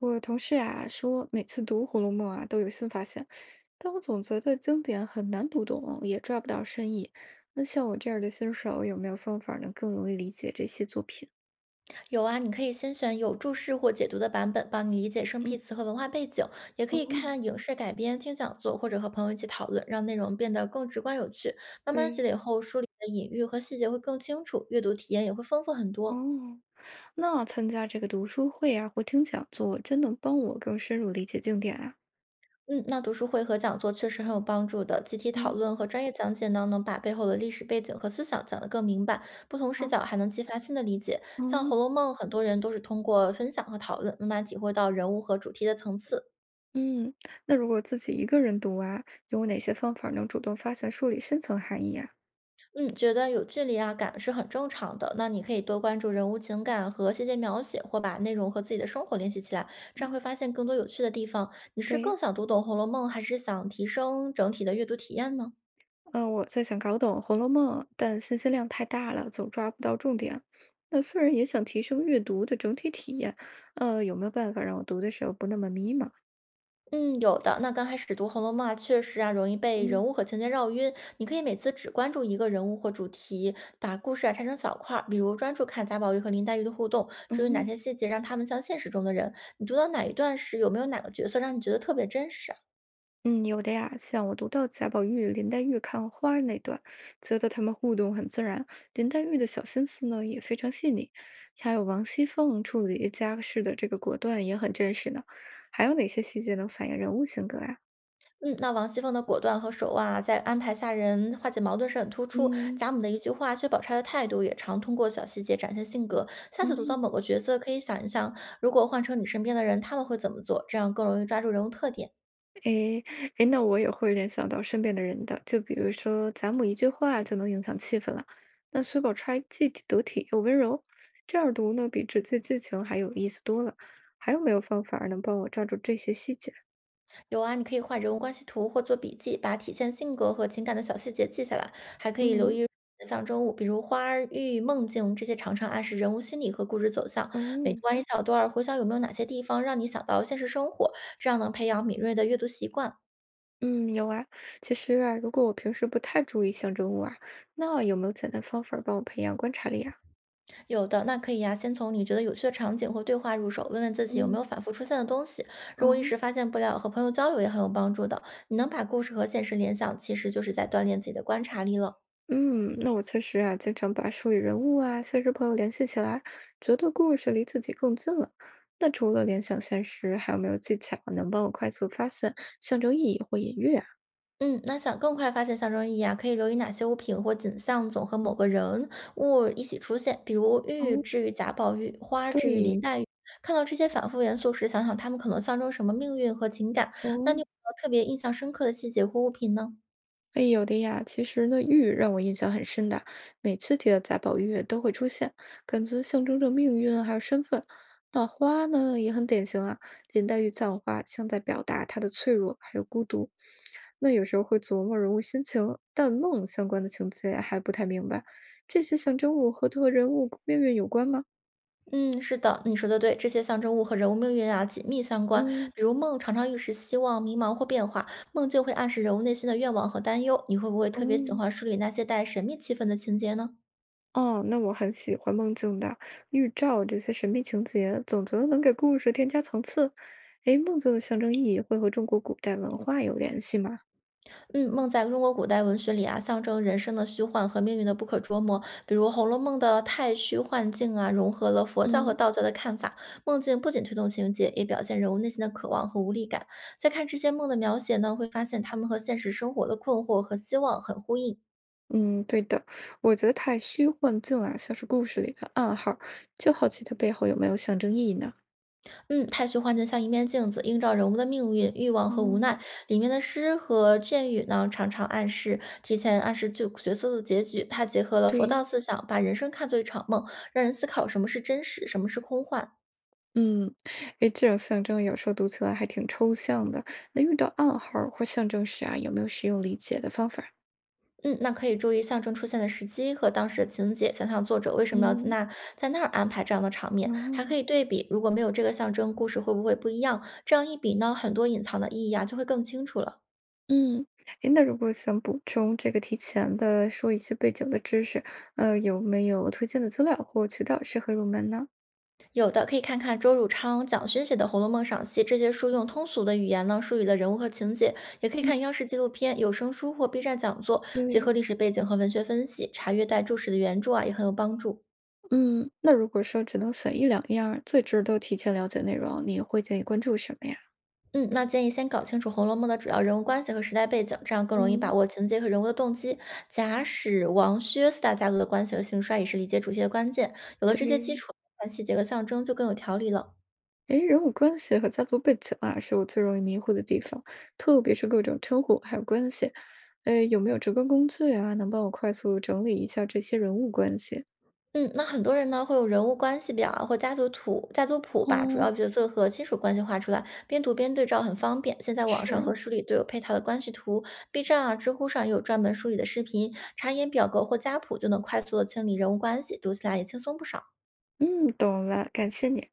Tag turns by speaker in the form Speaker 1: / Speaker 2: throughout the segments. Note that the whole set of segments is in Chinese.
Speaker 1: 我同事啊说，每次读《红楼梦》啊都有新发现，但我总觉得经典很难读懂，也抓不到深意。那像我这样的新手，有没有方法能更容易理解这些作品？
Speaker 2: 有啊，你可以先选有注释或解读的版本，帮你理解生
Speaker 1: 嗯，
Speaker 2: 僻词和文化背景；也可
Speaker 1: 哦，
Speaker 2: 以看影视改编、听讲座，或者和朋友一起讨论，让内容变得更直观有趣。慢慢积
Speaker 1: 对，
Speaker 2: 累后，书里的隐喻和细节会更清楚，阅读体验也会丰富很多。
Speaker 1: 哦，那参加这个读书会啊，或听讲座，真能帮我更深入理解经典啊。
Speaker 2: 嗯，那读书会和讲座确实很有帮助的。集体讨
Speaker 1: 嗯，
Speaker 2: 论和专业讲解呢，能把背后的历史背景和思想讲得更明白，不同视
Speaker 1: 好，
Speaker 2: 角还能激发新的理解。像
Speaker 1: 哦，
Speaker 2: 《红楼梦》，很多人都是通过分享和讨论，慢慢体会到人物和主题的层次。
Speaker 1: 嗯，那如果自己一个人读啊，有哪些方法能主动发现书里深层含义啊？
Speaker 2: 嗯，觉得有距离啊感是很正常的。那你可以多关注人物情感和细节描写，或把内容和自己的生活联系起来，这
Speaker 1: 嗯，
Speaker 2: 样会发现更多有趣的地方。你是
Speaker 1: 对。
Speaker 2: 更想读懂《红楼梦》，还是想提升整体的阅读体验呢？
Speaker 1: 嗯，我在想搞懂《红楼梦》，但信息量太大了，总抓不到重点。那虽然也想提升阅读的整体体验，有没有办法让我读的时候不那么迷茫？
Speaker 2: 嗯，有的。那刚开始读《红楼梦》啊，确实啊容易被人
Speaker 1: 嗯，
Speaker 2: 物和情节绕晕。你可以每次只关注一个人物或主题，把故事啊拆成小块儿，比如专注看贾宝玉和林黛玉的互动，至于哪
Speaker 1: 嗯
Speaker 2: 些细节让他们像现实中的人。你读到哪一段时，有没有哪个角色让你觉得特别真实啊？
Speaker 1: 嗯，有的呀，像我读到贾宝玉、林黛玉看花那段，觉得他们互动很自然，林黛玉的小心思呢也非常细腻，还有王熙凤处理家事的这个果断也很真实呢。还有哪些细节能反映人物性格呀？
Speaker 2: 嗯，那王熙凤的果断和手腕啊，在安排下人化解矛盾是很突出。
Speaker 1: 嗯，
Speaker 2: 贾母的一句话，薛宝钗的态度也常通过小细节展现性格。下次读到
Speaker 1: 嗯
Speaker 2: 某个角色，可以想一想，如果换成你身边的人，他们会怎么做？这样更容易抓住人物特点。
Speaker 1: 诶，诶，那我也会联想到身边的人的，就比如说贾母一句话就能影响气氛了。那苏宝钗既体得体又温柔，这样读呢比直接剧情还有意思多了。还有没有方法儿能帮我抓住这些细节？
Speaker 2: 有啊，你可以画人物关系图或做笔记，把体现性格和情感的小细节记下来，还可以留
Speaker 1: 嗯，
Speaker 2: 意。象征物，比如花儿、玉、梦境，这些常常暗示人物心理和故事走向。每
Speaker 1: 哦，
Speaker 2: 读完一小段儿，回想有没有哪些地方让你想到现实生活，这样能培养敏锐的阅读习惯。
Speaker 1: 嗯，有啊。其实啊，如果我平时不太注意象征物啊，那有没有简单方法儿帮我培养观察力啊？
Speaker 2: 有的，那可以呀、先从你觉得有趣的场景或对话入手，问问自己有没有
Speaker 1: 嗯，
Speaker 2: 反复出现的东西。如果一
Speaker 1: 哦。
Speaker 2: 时发现不了，和朋友交流也很有帮助的。你能把故事和现实联想，其实就是在锻炼自己的观察力了。
Speaker 1: 嗯，那我确实啊，经常把书里人物啊、现实朋友联系起来，觉得故事离自己更近了。那除了联想现实，还有没有技巧能帮我快速发现象征意义或隐喻啊？
Speaker 2: 嗯，那想更快发现象征意义啊，可以留意哪些物品或景象总和某个人物一起出现，比如玉
Speaker 1: 哦，
Speaker 2: 置于贾宝玉，花置于
Speaker 1: 对，
Speaker 2: 林黛玉。看到这些反复元素时，想想他们可能象征什么命运和情感。那
Speaker 1: 哦，
Speaker 2: 你有没有特别印象深刻的细节或物品呢？
Speaker 1: 哎，有的呀。其实呢，玉让我印象很深的，每次提到贾宝玉都会出现，感觉象征着命运还有身份。那花呢，也很典型啊，林黛玉葬花，像在表达她的脆弱还有孤独。那有时候会琢磨人物心情，但梦相关的情节还不太明白。这些象征物和特人物命运有关吗？
Speaker 2: 嗯，是的，你说的对，这些象征物和人物命运啊紧密相关。
Speaker 1: 嗯，
Speaker 2: 比如梦常常预示希望、迷茫或变化，梦境会暗示人物内心的愿望和担忧。你会不会特别喜
Speaker 1: 哦，
Speaker 2: 欢书里那些带神秘气氛的情节呢？
Speaker 1: 哦，那我很喜欢梦境的预兆，这些神秘情节，总觉得能给故事添加层次。诶，梦境的象征意义会和中国古代文化有联系吗？
Speaker 2: 嗯，梦在中国古代文学里啊，象征人生的虚幻和命运的不可捉摸。比如《红楼梦》的太虚幻境啊，融合了佛教和
Speaker 1: 嗯
Speaker 2: 道教的看法。梦境不仅推动情节，也表现人物内心的渴望和无力感。再看这些梦的描写呢，会发现他们和现实生活的困惑和希望很呼应。
Speaker 1: 嗯，对的，我觉得太虚幻境啊，像是故事里的暗号，就好奇它背后有没有象征意义呢？
Speaker 2: 嗯，太虚幻境像一面镜子，映照人物的命运、欲望和无奈。
Speaker 1: 哦，
Speaker 2: 里面的诗和谶语呢，常常暗示提前暗示就角色的结局。它结合了佛
Speaker 1: 对，
Speaker 2: 道思想，把人生看作一场梦，让人思考什么是真实，什么是空幻。
Speaker 1: 嗯，诶，这种象征有时候读起来还挺抽象的。那遇到暗号儿或象征时啊，有没有实用理解的方法？
Speaker 2: 嗯，那可以注意象征出现的时机和当时的情节，想想作者为什么要在
Speaker 1: 嗯，
Speaker 2: 那在那儿安排这样的场面，还
Speaker 1: 哦，
Speaker 2: 可以对比，如果没有这个象征，故事会不会不一样？这样一比呢，很多隐藏的意义啊就会更清楚了。
Speaker 1: 嗯，诶，那如果想补充这个提前的说一些背景的知识，有没有推荐的资料或渠道适合入门呢？
Speaker 2: 有的可以看看周汝昌、蒋勋写的《红楼梦》赏析，这些书用通俗的语言呢梳理了人物和情节；也可以
Speaker 1: 嗯，
Speaker 2: 看央视纪录片、有声书或 B 站讲座，结
Speaker 1: 对，
Speaker 2: 合历史背景和文学分析，查阅带注释的原著啊，也很有帮助。
Speaker 1: 嗯，那如果说只能选一两样儿最值得提前了解内容，你会建议关注什么呀？
Speaker 2: 嗯，那建议先搞清楚《红楼梦》的主要人物关系和时代背景，这样更容易
Speaker 1: 嗯，
Speaker 2: 把握情节和人物的动机。贾史王薛四大家族的关系和兴衰也是理解主题的关键。有了这些基
Speaker 1: 对。
Speaker 2: 础，看细节和象征就更有条理了。
Speaker 1: 诶，人物关系和家族背景啊，是我最容易迷糊的地方，特别是各种称呼还有关系。诶，有没有直观工具啊，能帮我快速整理一下这些人物关系？
Speaker 2: 嗯，那很多人呢会有人物关系表啊或家族图、家族谱，把主
Speaker 1: 哦，
Speaker 2: 要角色和亲属关系画出来，边读边对照很方便。现在网上
Speaker 1: 是，
Speaker 2: 和书里都有配套的关系图，B 站啊、知乎上也有专门梳理的视频，查验表格或家谱就能快速的清理人物关系，读起来也轻松不少。
Speaker 1: 嗯，懂了，感谢你。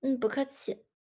Speaker 2: 嗯，不客气。